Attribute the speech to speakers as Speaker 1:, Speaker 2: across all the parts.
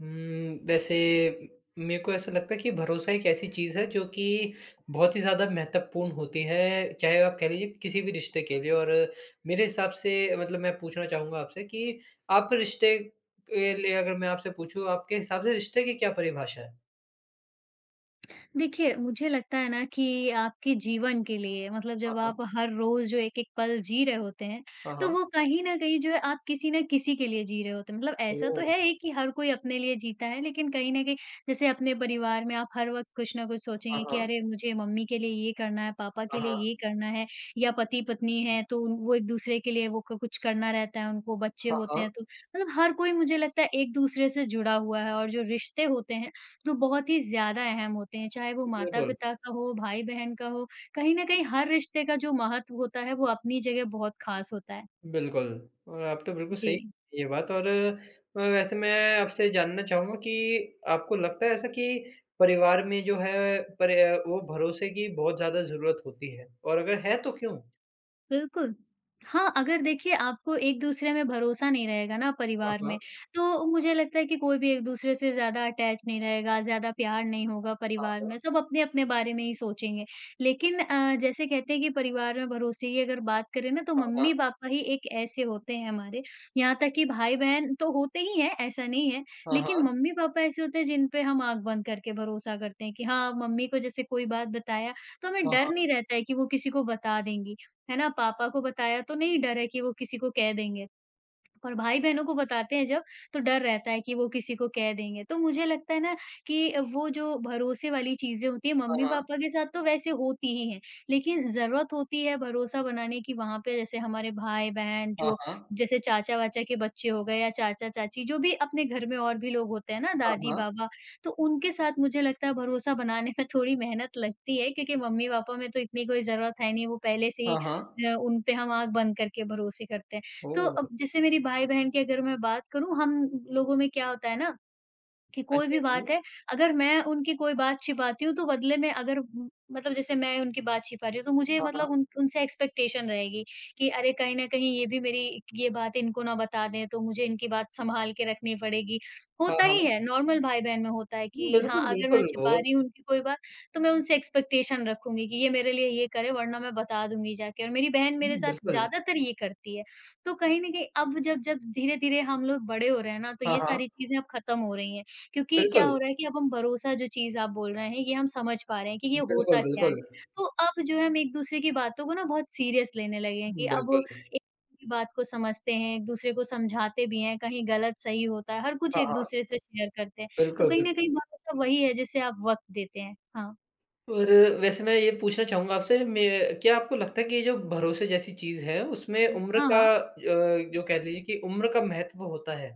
Speaker 1: वैसे मेरे को ऐसा लगता है कि भरोसा एक ऐसी चीज़ है जो कि बहुत ही ज़्यादा महत्वपूर्ण होती है, चाहे आप कह लीजिए किसी भी रिश्ते के लिए। और मेरे हिसाब से मतलब मैं पूछना चाहूँगा आपसे कि आप रिश्ते के लिए, अगर मैं आपसे पूछूँ, आपके हिसाब से रिश्ते की क्या परिभाषा है?
Speaker 2: देखिए, मुझे लगता है ना कि आपके जीवन के लिए मतलब
Speaker 1: हाँ,
Speaker 2: जब आप
Speaker 1: हाँ।
Speaker 2: हर रोज़ जो एक-एक पल जी रहे होते हैं,
Speaker 1: हाँ,
Speaker 2: तो
Speaker 1: हाँ।
Speaker 2: वो कहीं न कहीं जो है आप किसी न किसी के लिए जी रहे होते हैं। मतलब ऐसा तो
Speaker 1: ओह!
Speaker 2: है ही कि हर कोई अपने लिए जीता है, लेकिन कहीं न कहीं जैसे अपने परिवार में आप हर वक़्त कुछ न कुछ
Speaker 1: हाँ,
Speaker 2: सोचेंगे कि
Speaker 1: हाँ।
Speaker 2: अरे! मुझे मम्मी के लिए ये करना है, पापा
Speaker 1: हाँ,
Speaker 2: के लिए
Speaker 1: हाँ।
Speaker 2: ये करना है या पति-पत्नी हैं तो उन वो एक-दूसरे के लिए वो क कुछ करना रहता है उनको, बच्चे
Speaker 1: हाँ,
Speaker 2: होते
Speaker 1: हाँ।
Speaker 2: हैं तो मतलब हर कोई मुझे लगता है एक-दूसरे से जुड़ा हुआ है और जो रिश्ते होते हैं जो बहुत ही ज़्यादा अहम होते हैं, चाहे वो
Speaker 1: बिल्कुल।
Speaker 2: माता-पिता का हो, भाई-बहन का हो, कहीं न कहीं हर रिश्ते का जो महत्व होता है, वो अपनी जगह बहुत ख़ास होता है।
Speaker 1: बिल्कुल, और आप तो बिल्कुल
Speaker 2: जी।
Speaker 1: सही कही ये बात। और वैसे मैं आपसे जानना चाहूँगा कि आपको लगता है ऐसा कि परिवार में जो है पर वो भरोसे की बहुत ज़्यादा ज़रूरत होती है, और अगर है तो क्यों?
Speaker 2: बिल्कुल। हाँ, अगर देखिए आपको एक-दूसरे में भरोसा नहीं रहेगा ना
Speaker 1: हाँ,
Speaker 2: परिवार
Speaker 1: हाँ।
Speaker 2: में, तो मुझे लगता है कि कोई भी एक-दूसरे से ज़्यादा अटैच नहीं रहेगा, ज़्यादा प्यार नहीं होगा
Speaker 1: हाँ,
Speaker 2: परिवार में,
Speaker 1: हाँ।
Speaker 2: सब अपने-अपने बारे में ही सोचेंगे। लेकिन जैसे कहते हैं कि परिवार में भरोसे की अगर बात करें ना, तो मम्मी-पापा ही एक ऐसे होते हैं हमारे, यहाँ तक कि भाई-बहन तो होते ही हैं, ऐसा नहीं है,
Speaker 1: हाँ,
Speaker 2: लेकिन
Speaker 1: हाँ।
Speaker 2: मम्मी-पापा ऐसे होते हैं जिन पे हम आँख बंद करके भरोसा करते हैं कि हाँ, मम्मी को जैसे कोई बात बताया, तो हमें
Speaker 1: हाँ,
Speaker 2: डर
Speaker 1: हाँ।
Speaker 2: नहीं रहता है कि वो किसी को बता देंगी। है ना? पापा को बताया तो नहीं डर है कि वो किसी को कह देंगे। और भाई-बहनों को बताते हैं जब, तो डर रहता है कि वो किसी को कह देंगे। तो मुझे लगता है ना कि वो जो भरोसे वाली चीज़ें होती हैं,
Speaker 1: हाँ, हाँ।
Speaker 2: मम्मी-पापा के साथ तो वैसे होती ही हैं। लेकिन ज़रूरत होती है भरोसा बनाने की वहाँ पे जैसे हमारे भाई-बहन
Speaker 1: हाँ,
Speaker 2: जो
Speaker 1: हाँ।
Speaker 2: जैसे चाचा-वाचा के बच्चे हो गए या चाचा-चाची जो भी अपने घर में और भी लोग होते हैं ना,
Speaker 1: हाँ, हाँ। हाँ, हाँ।
Speaker 2: दादी-बाबा, तो उनके साथ मुझे लगता है भरोसा बनाने में थोड़ी मेहनत लगती है क्योंकि मम्मी-पापा में तो इतनी कोई ज़रूरत है नहीं, वो पहले से ही
Speaker 1: हाँ, हाँ।
Speaker 2: उन पे हम आँख बंद करके भरोसे करते हैं। तो अब
Speaker 1: ओह!
Speaker 2: जैसे मेरी भाई-बहन की अगर मैं बात करूँ, हम लोगों में क्या होता है ना कि
Speaker 1: हाँ
Speaker 2: कोई
Speaker 1: जी,
Speaker 2: भी
Speaker 1: हाँ
Speaker 2: बात
Speaker 1: जी।
Speaker 2: है, अगर मैं उनकी कोई बात छिपाती हूँ, तो बदले में अगर मतलब जैसे मैं उनकी बात छिपा रही हूँ, तो मुझे
Speaker 1: हाँ, हाँ।
Speaker 2: मतलब उन उनसे एक्सपेक्टेशन रहेगी कि अरे, कहीं न कहीं ये भी मेरी ये बात इनको ना बता दें, तो मुझे इनकी बात सँभाल के रखनी पड़ेगी।
Speaker 1: हाँ,
Speaker 2: होता ही
Speaker 1: हाँ।
Speaker 2: है, नॉर्मल भाई-बहन में होता है
Speaker 1: हुँ,
Speaker 2: कि हाँ,
Speaker 1: बिल्कुल,
Speaker 2: अगर मैं
Speaker 1: बिल्कुल
Speaker 2: छिपा
Speaker 1: वो
Speaker 2: रही हूँ उनकी कोई बात, तो मैं उनसे एक्सपेक्टेशन रखूँगी कि ये मेरे लिए ये करे, वरना मैं बता दूँगी जाके और मेरी बहन मेरे
Speaker 1: हुँ,
Speaker 2: साथ
Speaker 1: बिल्कुल।
Speaker 2: ज़्यादातर ये करती है। तो कहीं न कहीं अब जब जब धीरे-धीरे हम लोग बड़े हो रहे हैं ना, तो
Speaker 1: हाँ,
Speaker 2: ये
Speaker 1: हाँ।
Speaker 2: सारी चीज़ें अब खत्म हो रही हैं। क्योंकि क्या
Speaker 1: बिल्कुल,
Speaker 2: हो रहा है कि अब हम भरोसा जो चीज़ आप बोल रहे हैं, ये हम समझ पा रहे हैं कि ये होता
Speaker 1: बिल्कुल,
Speaker 2: क्या है।
Speaker 1: बिल्कुल।
Speaker 2: तो अब जो है हम एक-दूसरे की बातों को ना बहुत सीरियस लेने लगे हैं कि अब
Speaker 1: बिल्कुल।
Speaker 2: एक दूसरे की बात को समझते हैं, एक-दूसरे को समझाते भी हैं, कहीं गलत-सही होता है, हर कुछ
Speaker 1: हाँ,
Speaker 2: एक-दूसरे
Speaker 1: हाँ।
Speaker 2: से शेयर करते हैं। तो
Speaker 1: बिल्कुल,
Speaker 2: कहीं न
Speaker 1: बिल्कुल।
Speaker 2: कहीं भरोसा वही है जिसे आप वक़्त देते हैं। हाँ।
Speaker 1: और वैसे मैं ये पूछना चाहूँगा आपसे मैं क्या आपको लगता है कि ये जो भरोसे जैसी चीज़ है, उसमें उम्र
Speaker 2: हाँ,
Speaker 1: का
Speaker 2: हाँ।
Speaker 1: जो कह लीजिए कि उम्र का महत्व होता है?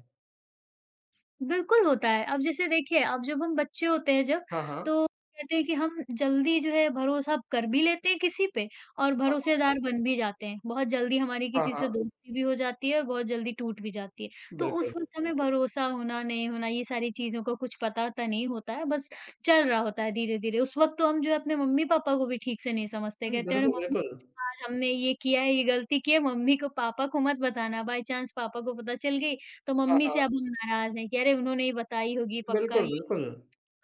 Speaker 2: बिल्कुल होता है। अब जैसे देखिए, अब जब हम बच्चे होते हैं जब,
Speaker 1: हाँ, हाँ।
Speaker 2: तो कहते हैं कि हम जल्दी जो है भरोसा कर भी लेते हैं किसी पे और
Speaker 1: हाँ,
Speaker 2: भरोसेदार बन भी जाते हैं। बहुत जल्दी हमारी
Speaker 1: हाँ,
Speaker 2: किसी से
Speaker 1: हाँ,
Speaker 2: दोस्ती भी हो जाती है और बहुत जल्दी टूट भी जाती है। तो
Speaker 1: बिल्कुल।
Speaker 2: उस वक़्त हमें भरोसा होना, नहीं होना ये सारी चीज़ों का कुछ पता-वता नहीं होता है, बस चल रहा होता है धीरे-धीरे। उस वक़्त तो हम जो है अपने मम्मी-पापा को भी ठीक से नहीं समझते।
Speaker 1: हुँ,
Speaker 2: कहते हैं,
Speaker 1: बिल्कुल,
Speaker 2: "अरे मम्मी,
Speaker 1: बिल्कुल।
Speaker 2: आज हमने ये किया है, ये गलती की है, मम्मी को पापा को मत बताना। बाय चांस पापा को पता चल गई तो
Speaker 1: हाँ,
Speaker 2: मम्मी से
Speaker 1: हाँ,
Speaker 2: अब हम नाराज़ हैं कि अरे उन्होंने ही बताई होगी पक्का
Speaker 1: बिल्कुल,
Speaker 2: ये,
Speaker 1: बिल्कुल।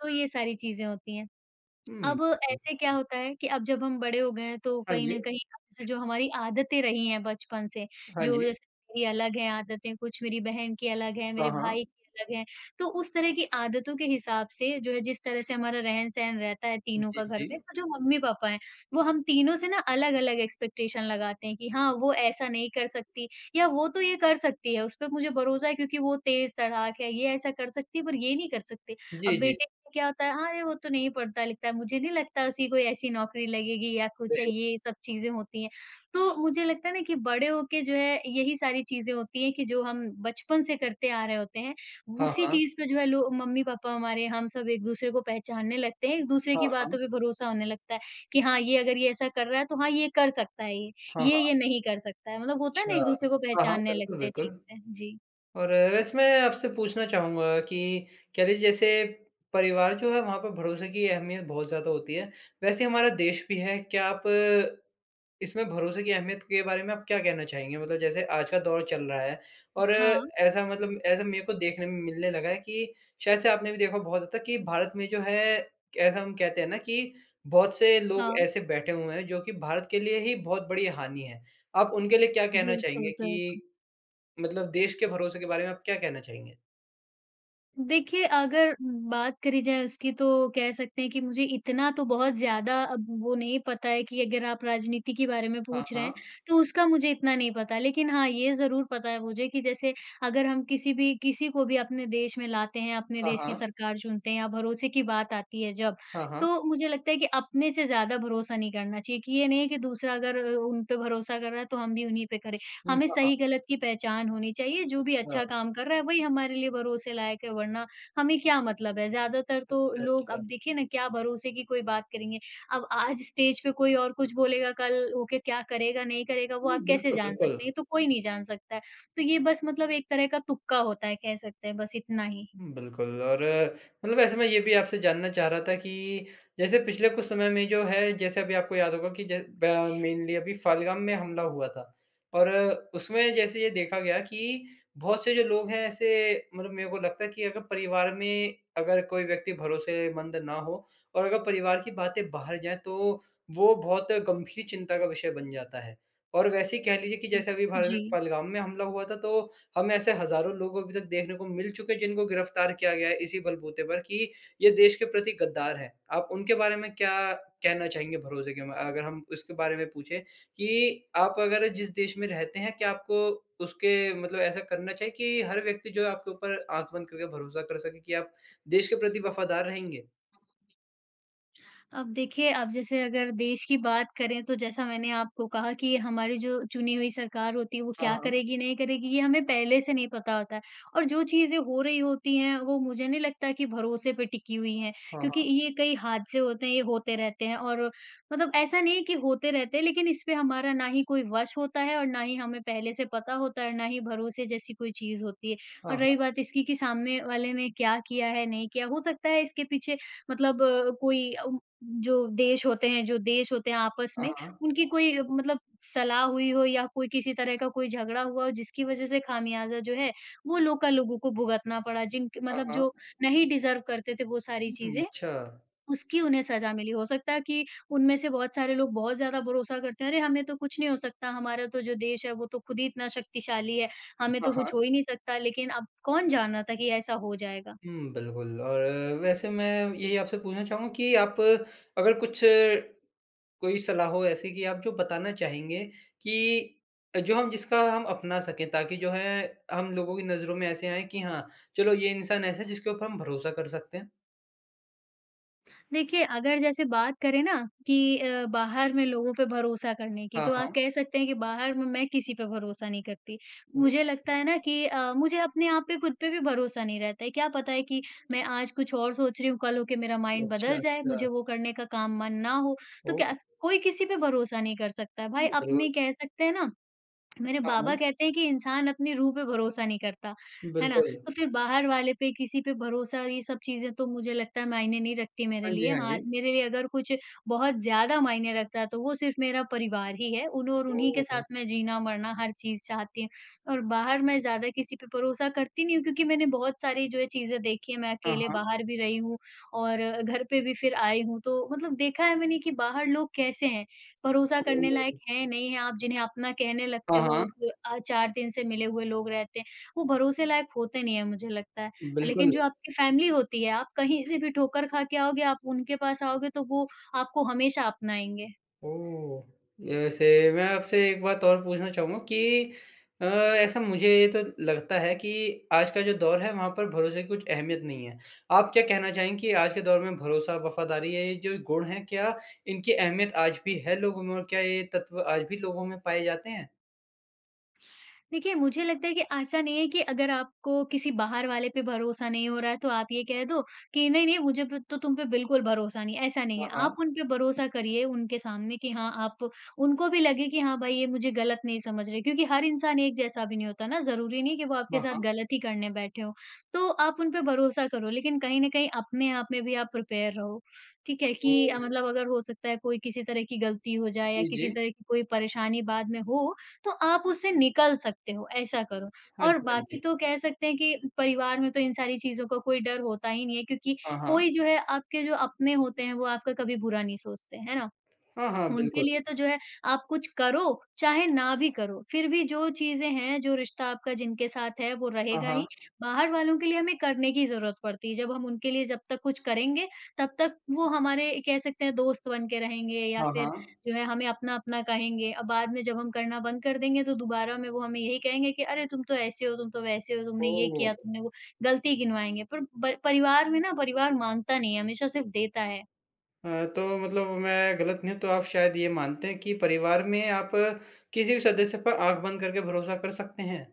Speaker 2: तो ये सारी चीज़ें होती हैं।
Speaker 1: हुँ,
Speaker 2: अब
Speaker 1: बिल्कुल।
Speaker 2: ऐसे क्या होता है कि अब जब हम बड़े हो गए हैं तो
Speaker 1: हाँ
Speaker 2: कहीं
Speaker 1: जी,
Speaker 2: न कहीं अब जैसे जो हमारी आदतें रही हैं बचपन से,
Speaker 1: हाँ
Speaker 2: जो
Speaker 1: जी।
Speaker 2: जैसे मेरी अलग है आदतें, कुछ मेरी बहन की अलग है,
Speaker 1: हाँ,
Speaker 2: मेरे
Speaker 1: हाँ।
Speaker 2: भाई की अलग है, तो उस तरह की आदतों के हिसाब से जो है जिस तरह से हमारा रहन-सहन रहता है तीनों
Speaker 1: जी,
Speaker 2: का घर
Speaker 1: जी।
Speaker 2: में, तो जो मम्मी-पापा हैं, वो हम तीनों से ना अलग-अलग एक्सपेक्टेशन लगाते हैं कि हाँ, वो ऐसा नहीं कर सकती या वो तो ये कर सकती है, उस पे मुझे भरोसा है क्योंकि वो तेज़ तड़ाक है, ये ऐसा कर सकती है पर ये नहीं कर सकती।
Speaker 1: जी,
Speaker 2: अब
Speaker 1: जी।
Speaker 2: बेटे क्या होता है, "अरे वो तो नहीं पढ़ता-लिखता है, मुझे नहीं लगता उसी को ऐसी नौकरी लगेगी या कुछ है।"
Speaker 1: ए
Speaker 2: ये सब चीज़ें होती हैं। तो मुझे लगता है ना कि बड़े होके जो है यही सारी चीज़ें होती हैं कि जो हम बचपन से करते आ रहे होते हैं,
Speaker 1: हाँ,
Speaker 2: उसी
Speaker 1: हाँ।
Speaker 2: चीज़ पे जो है लो मम्मी-पापा हमारे हम सब एक-दूसरे को पहचानने लगते हैं, एक-दूसरे
Speaker 1: हाँ,
Speaker 2: की
Speaker 1: हाँ।
Speaker 2: बातों पे भरोसा होने लगता है कि हाँ, ये अगर ये ऐसा कर रहा है तो हाँ, ये कर सकता है ये,
Speaker 1: हाँ,
Speaker 2: ये
Speaker 1: हाँ।
Speaker 2: ये नहीं कर सकता है। मतलब होता है
Speaker 1: अच्छा।
Speaker 2: ना एक-दूसरे को
Speaker 1: हाँ, हाँ,
Speaker 2: पहचानने
Speaker 1: बिल्कुल,
Speaker 2: लगते हैं
Speaker 1: बिल्कुल।
Speaker 2: ठीक से। जी।
Speaker 1: और वैसे मैं आपसे पूछना चाहूँगा कि कह लीजिए जैसे परिवार जो है वहाँ पर भरोसे की अहमियत बहुत ज़्यादा होती है। वैसे हमारा देश भी है, क्या आप इसमें भरोसे की अहमियत के बारे में आप क्या कहना चाहेंगे? मतलब जैसे आज का दौर चल रहा है, और
Speaker 2: हाँ,
Speaker 1: ऐसा मतलब ऐसा मेरे को देखने में मिलने लगा है कि शायद से आपने भी देखा बहुत हद तक कि भारत में जो है, ऐसा हम कहते हैं ना कि बहुत से लोग
Speaker 2: हाँ।
Speaker 1: ऐसे बैठे हुए हैं जो कि भारत के लिए ही बहुत बड़ी हानि है। आप उनके लिए क्या कहना
Speaker 2: बिल्कुल,
Speaker 1: चाहेंगे कि
Speaker 2: बिल्कुल।
Speaker 1: मतलब देश के भरोसे के बारे में आप क्या कहना चाहेंगे?
Speaker 2: देखिए, अगर बात करी जाए उसकी तो कह सकते हैं कि मुझे इतना तो बहुत ज़्यादा अब वो नहीं पता है कि अगर आप राजनीति के बारे में
Speaker 1: हाँ,
Speaker 2: पूछ रहे
Speaker 1: हाँ।
Speaker 2: हैं, तो उसका मुझे इतना नहीं पता। लेकिन हाँ, ये ज़रूर पता है मुझे कि जैसे अगर हम किसी भी किसी को भी अपने देश में लाते हैं, अपने
Speaker 1: हाँ,
Speaker 2: देश की
Speaker 1: हाँ।
Speaker 2: सरकार चुनते हैं या भरोसे की बात आती है जब,
Speaker 1: हाँ, हाँ।
Speaker 2: तो मुझे लगता है कि अपने से ज़्यादा भरोसा नहीं करना चाहिए कि ये नहीं है कि दूसरा अगर उन पे भरोसा कर रहा है, तो हम भी उन्हीं पे करें।
Speaker 1: हुँ,
Speaker 2: हमें
Speaker 1: हाँ, हाँ।
Speaker 2: सही-गलत की पहचान होनी चाहिए, जो भी
Speaker 1: अच्छा,
Speaker 2: अच्छा काम कर रहा है वही हमारे लिए भरोसे लायक है, वरना हमें क्या मतलब है? ज़्यादातर तो
Speaker 1: अच्छा,
Speaker 2: लोग
Speaker 1: अच्छा।
Speaker 2: अब देखिए ना क्या भरोसे की कोई बात करेंगे। अब आज स्टेज पे कोई और कुछ बोलेगा, कल होके क्या करेगा, नहीं करेगा वो
Speaker 1: हुँ,
Speaker 2: आप कैसे
Speaker 1: बिल्कुल,
Speaker 2: जान
Speaker 1: बिल्कुल।
Speaker 2: सकते हैं? ये तो कोई नहीं जान सकता है। तो ये बस मतलब एक तरह का तुक्का होता है, कह सकते हैं बस इतना ही।
Speaker 1: हुँ, बिल्कुल। और मतलब ऐसे मैं ये भी आपसे जानना चाह रहा था कि जैसे पिछले कुछ समय में जो है, जैसे अभी आपको याद होगा कि ज ब मेनली अभी फ़ाल्गम में हमला हुआ था, और उसमें जैसे ये देखा गया कि बहुत से जो लोग हैं ऐसे, मतलब मेरे को लगता है कि अगर परिवार में अगर कोई व्यक्ति भरोसेमंद ना हो और अगर परिवार की बातें बाहर जाएँ तो वो बहुत गंभीर चिंता का विषय बन जाता है। और वैसे ही कह लीजिए कि जैसे अभी भारत
Speaker 2: जी।
Speaker 1: में फ़ाल्गम में हमला हुआ था, तो हम ऐसे हज़ारों लोग अभी तक देखने को मिल चुके हैं जिनको गिरफ्तार किया गया है इसी बलबूते पर कि ये देश के प्रति गद्दार हैं। आप उनके बारे में क्या कहना चाहेंगे भरोसे के म अगर हम उसके बारे में पूछें कि आप अगर जिस देश में रहते हैं, क्या आपको उसके मतलब ऐसा करना चाहिए कि हर व्यक्ति जो है आपके ऊपर आँख बंद करके भरोसा कर सके कि आप देश के प्रति वफ़ादार रहेंगे?
Speaker 2: अब देखिए, आप जैसे अगर देश की बात करें तो जैसा मैंने आपको कहा कि हमारी जो चुनी हुई सरकार होती है वो क्या
Speaker 1: हाँ,
Speaker 2: करेगी, नहीं करेगी ये हमें पहले से नहीं पता होता है। और जो चीज़ें हो रही होती हैं वो मुझे नहीं लगता कि भरोसे पे टिकी हुई हैं,
Speaker 1: हाँ।
Speaker 2: क्योंकि ये कई हादसे होते हैं, ये होते रहते हैं और मतलब ऐसा नहीं है कि होते रहते हैं लेकिन इस पे हमारा ना ही कोई वश होता है और ना ही हमें पहले से पता होता है और ना ही भरोसे जैसी कोई चीज़ होती है।
Speaker 1: हाँ,
Speaker 2: और
Speaker 1: हाँ।
Speaker 2: रही बात इसकी कि सामने वाले ने क्या किया है, नहीं किया, हो सकता है इसके पीछे मतलब कोई जो देश होते हैं आपस
Speaker 1: हाँ, हाँ।
Speaker 2: में,
Speaker 1: हाँ, हाँ।
Speaker 2: उनकी कोई मतलब सलाह हुई हो या कोई किसी तरह का कोई झगड़ा हुआ हो जिसकी वज़ह से खामियाज़ा जो है, वो लोगों को भुगतना पड़ा जिनके
Speaker 1: हाँ,
Speaker 2: मतलब
Speaker 1: हाँ।
Speaker 2: जो नहीं डिज़र्व करते थे वो सारी
Speaker 1: हुँ,
Speaker 2: चीज़ें,
Speaker 1: अच्छा।
Speaker 2: उसकी उन्हें सज़ा मिली। हो सकता है कि उनमें से बहुत सारे लोग बहुत ज़्यादा भरोसा करते हैं, "अरे! हमें तो कुछ नहीं हो सकता, हमारा तो जो देश है वो तो खुद ही इतना शक्तिशाली है, हमें
Speaker 1: हाँ,
Speaker 2: तो कुछ हो
Speaker 1: हाँ।
Speaker 2: ही नहीं सकता।" लेकिन अब कौन जान रहा था कि ऐसा हो जाएगा?
Speaker 1: हुँ, बिल्कुल। और वैसे मैं यही आपसे पूछना चाहूँगा कि आप अगर कुछ कोई सलाह हो ऐसी कि आप जो बताना चाहेंगे कि जो हम जिसका हम अपना सकें ताकि जो है, हम लोगों की नज़रों में ऐसे आए कि हाँ, चलो ये इंसान ऐसा है जिसके ऊपर हम भरोसा कर सकते हैं।
Speaker 2: देखिए, अगर जैसे बात करें ना कि बाहर में लोगों पे भरोसा करने की,
Speaker 1: हाँ,
Speaker 2: तो आप
Speaker 1: हाँ।
Speaker 2: कह सकते हैं कि बाहर में मैं किसी पे भरोसा नहीं करती। मुझे
Speaker 1: ओह!
Speaker 2: लगता है ना कि मुझे अपने आप पे खुद पे भी भरोसा नहीं रहता है। क्या पता है कि मैं आज कुछ और सोच रही हूँ, कल होके मेरा माइंड
Speaker 1: अच्छा,
Speaker 2: बदल जाए,
Speaker 1: अच्छा।
Speaker 2: मुझे वो करने का काम मन ना हो। तो
Speaker 1: ओह!
Speaker 2: क्या कोई किसी पे भरोसा नहीं कर सकता है।
Speaker 1: हुँ,
Speaker 2: भाई
Speaker 1: बिल्कुल।
Speaker 2: अपने कह सकते हैं ना मेरे
Speaker 1: हाँ,
Speaker 2: बाबा
Speaker 1: हाँ।
Speaker 2: कहते हैं कि इंसान अपनी रूह पे भरोसा नहीं करता, है ना?
Speaker 1: बिल्कुल।
Speaker 2: तो फिर बाहर वाले पे, किसी पे भरोसा ये सब चीज़ें तो मुझे लगता है मायने नहीं रखती मेरे
Speaker 1: हाँ जी,
Speaker 2: लिए।
Speaker 1: हाँ
Speaker 2: हाँ,
Speaker 1: जी।
Speaker 2: मेरे लिए अगर कुछ बहुत ज़्यादा मायने रखता है तो वो सिर्फ़ मेरा परिवार ही है। उन और उन्हीं के साथ
Speaker 1: ओह!
Speaker 2: मैं जीना-मरना हर चीज़ चाहती हूँ और बाहर मैं ज़्यादा किसी पे भरोसा करती नहीं हूँ क्योंकि मैंने बहुत सारी जो है चीज़ें देखी हैं। मैं
Speaker 1: हाँ,
Speaker 2: अकेले
Speaker 1: हाँ।
Speaker 2: बाहर भी रही हूँ और घर पे भी फिर आई हूँ। तो मतलब देखा है मैंने कि बाहर लोग कैसे हैं भरोसा करने
Speaker 1: ओह!
Speaker 2: लायक है, नहीं है, आप जिन्हें अपना कहने
Speaker 1: हाँ,
Speaker 2: लगते हो,
Speaker 1: हाँ।
Speaker 2: 4 दिन से मिले हुए लोग रहते हैं, वो भरोसे लायक होते नहीं हैं मुझे लगता है। लेकिन
Speaker 1: बिल्कुल।
Speaker 2: जो आपकी फ़ैमिली होती है, आप कहीं से भी ठोकर खा के आओगे, आप उनके पास आओगे तो वो आपको हमेशा अपनाएँगे।
Speaker 1: ओह! जैसे, मैं आपसे एक बात और पूछना चाहूँगा कि ऐसा मुझे तो लगता है कि आज का जो दौर है वहाँ पर भरोसे की कुछ अहमियत नहीं है। आप क्या कहना चाहेंगे कि आज के दौर में भरोसा, वफ़ादारी, ये जो गुण हैं, क्या इनकी अहमियत आज भी है लोगों में, और क्या ये तत्व आज भी लोगों में पाए जाते हैं?
Speaker 2: देखिए, मुझे लगता है कि ऐसा नहीं है कि अगर आपको किसी बाहर वाले पे भरोसा नहीं हो रहा है, तो आप ये कह दो कि नहीं, नहीं मुझे प तो तुम पे बिल्कुल भरोसा नहीं है, ऐसा नहीं
Speaker 1: हाँ,
Speaker 2: है। आप
Speaker 1: हाँ।
Speaker 2: उन पे भरोसा करिए उनके सामने कि हाँ, आप उनको भी लगे कि हाँ, भाई ये मुझे गलत नहीं समझ रहे क्योंकि हर इंसान एक जैसा भी नहीं होता ना, ज़रूरी नहीं कि वो
Speaker 1: हाँ,
Speaker 2: आपके साथ
Speaker 1: हाँ।
Speaker 2: गलत ही करने बैठे हों। तो आप उन पे भरोसा करो लेकिन कहीं न कहीं अपने आप में भी आप प्रिपेयर रहो, ठीक है?
Speaker 1: ओह!
Speaker 2: मतलब अगर हो सकता है कोई किसी तरह की गलती हो जाए या
Speaker 1: जी,
Speaker 2: किसी
Speaker 1: जी।
Speaker 2: तरह की कोई परेशानी बाद में हो, तो आप उससे निकल सकते हो, ऐसा करो।
Speaker 1: हाँ
Speaker 2: और
Speaker 1: जी, हाँ जी।
Speaker 2: बाकी तो कह सकते हैं कि परिवार में तो इन सारी चीज़ों का कोई डर होता ही नहीं है क्योंकि
Speaker 1: हाँ, हाँ।
Speaker 2: कोई जो है आपके जो अपने होते हैं, वो आपका कभी बुरा नहीं सोचते, है ना?
Speaker 1: हाँ, हाँ,
Speaker 2: उनके
Speaker 1: बिल्कुल।
Speaker 2: लिए तो जो है आप कुछ करो, चाहे ना भी करो, फिर भी जो चीज़ें हैं, जो रिश्ता आपका जिनके साथ है वो
Speaker 1: हाँ,
Speaker 2: रहेगा
Speaker 1: हाँ।
Speaker 2: ही। बाहर वालों के लिए हमें करने की ज़रूरत पड़ती है, जब हम उनके लिए जब तक कुछ करेंगे, तब तक वो हमारे कह सकते हैं दोस्त बन के रहेंगे या
Speaker 1: हाँ,
Speaker 2: फिर
Speaker 1: हाँ।
Speaker 2: जो है हमें अपना-अपना कहेंगे। अब बाद में जब हम करना बंद कर देंगे तो दोबारा में वो हमें यही कहेंगे कि अरे तुम तो ऐसे हो, तुम तो वैसे हो, तुमने ये
Speaker 1: ओह!
Speaker 2: किया, तुमने वो गलती गिनवाएँगे। पर ब परिवार में ना परिवार माँगता नहीं है, हमेशा सिर्फ़ देता है।
Speaker 1: तो मतलब मैं गलत नहीं हूँ, तो आप शायद ये मानते हैं कि परिवार में आप किसी भी सदस्य पर आँख बंद करके भरोसा कर सकते हैं?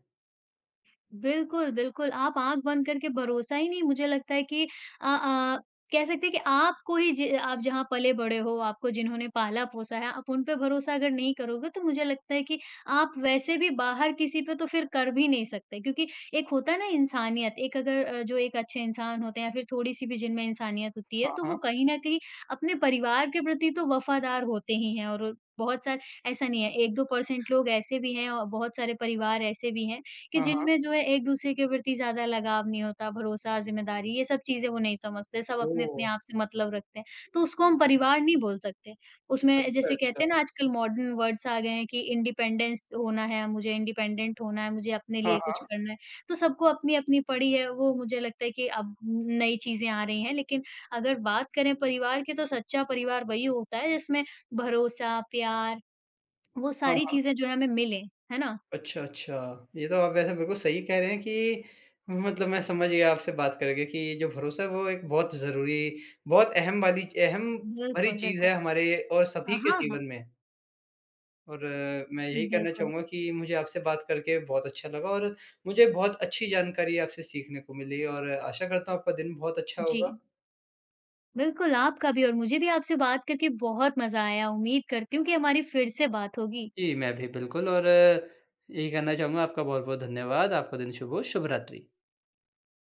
Speaker 2: बिल्कुल, बिल्कुल, आप आँख बंद करके भरोसा ही नहीं मुझे लगता है कि अ अ, कह सकते हैं कि आपको ही ज आप जहाँ पले-बड़े हो, आपको जिन्होंने पाला-पोसा है, आप उन पे भरोसा अगर नहीं करोगे तो मुझे लगता है कि आप वैसे भी बाहर किसी पे तो फिर कर भी नहीं सकते। क्योंकि एक होता है ना इंसानियत, एक अगर अ, जो एक अच्छे इंसान होते हैं या फिर थोड़ी-सी भी जिनमें इंसानियत होती है,
Speaker 1: हाँ,
Speaker 2: तो
Speaker 1: हाँ।
Speaker 2: वो कहीं न कहीं अपने परिवार के प्रति तो वफ़ादार होते ही हैं और बहुत सारे ऐसा नहीं है, 1-2 परसेंट लोग ऐसे भी हैं और बहुत सारे परिवार ऐसे भी हैं, कि
Speaker 1: हाँ, हाँ।
Speaker 2: जिनमें जो है एक-दूसरे के प्रति ज़्यादा लगाव नहीं होता, भरोसा, ज़िम्मेदारी ये सब चीज़ें वो नहीं समझते, सब अपने-अपने
Speaker 1: ओह!
Speaker 2: आप से मतलब रखते हैं, तो उसको हम परिवार नहीं बोल सकते। उसमें
Speaker 1: अच्छा,
Speaker 2: जैसे कहते हैं
Speaker 1: अच्छा।
Speaker 2: ना आजकल मॉडर्न वर्ड्स आ गए हैं कि इंडिपेंडेंस होना है, मुझे इंडिपेंडेंट होना है, मुझे अपने
Speaker 1: हाँ,
Speaker 2: लिए कुछ
Speaker 1: हाँ।
Speaker 2: करना है, तो सबको अपनी-अपनी पड़ी है, वो मुझे लगता है कि अब नई चीज़ें आ रही हैं, लेकिन अगर बात करें परिवार की तो सच्चा परिवार वही होता है जिसमें भरोसा, प्यार वो
Speaker 1: हाँ,
Speaker 2: सारी
Speaker 1: हाँ।
Speaker 2: चीज़ें जो है हमें मिलें, है ना?
Speaker 1: अच्छा, अच्छा। ये तो आप वैसे बिल्कुल सही कह रहे हैं कि मतलब मैं समझ गया आपसे बात करके कि जो भरोसा है वो एक बहुत ज़रूरी, बहुत अहम वाली अहम भरी
Speaker 2: बिल्कुल,
Speaker 1: चीज़
Speaker 2: बिल्कुल।
Speaker 1: है हमारे और सभी के
Speaker 2: हाँ, हाँ।
Speaker 1: जीवन में। और मैं यही कहना
Speaker 2: बिल्कुल,
Speaker 1: चाहूँगा कि मुझे आपसे बात करके बहुत अच्छा लगा, और मुझे बहुत अच्छी जानकारी आपसे सीखने को मिली, और आशा करता हूँ आपका दिन बहुत अच्छा
Speaker 2: जी।
Speaker 1: होगा।
Speaker 2: बिल्कुल, आपका भी और मुझे भी आपसे बात करके बहुत मज़ा आया। उम्मीद करती हूँ कि हमारी फिर से बात होगी।
Speaker 1: जी, मैं भी बिल्कुल। और यही कहना चाहूँगा, आपका बहुत-बहुत धन्यवाद। आपका दिन शुभ हो, शुभ रात्रि।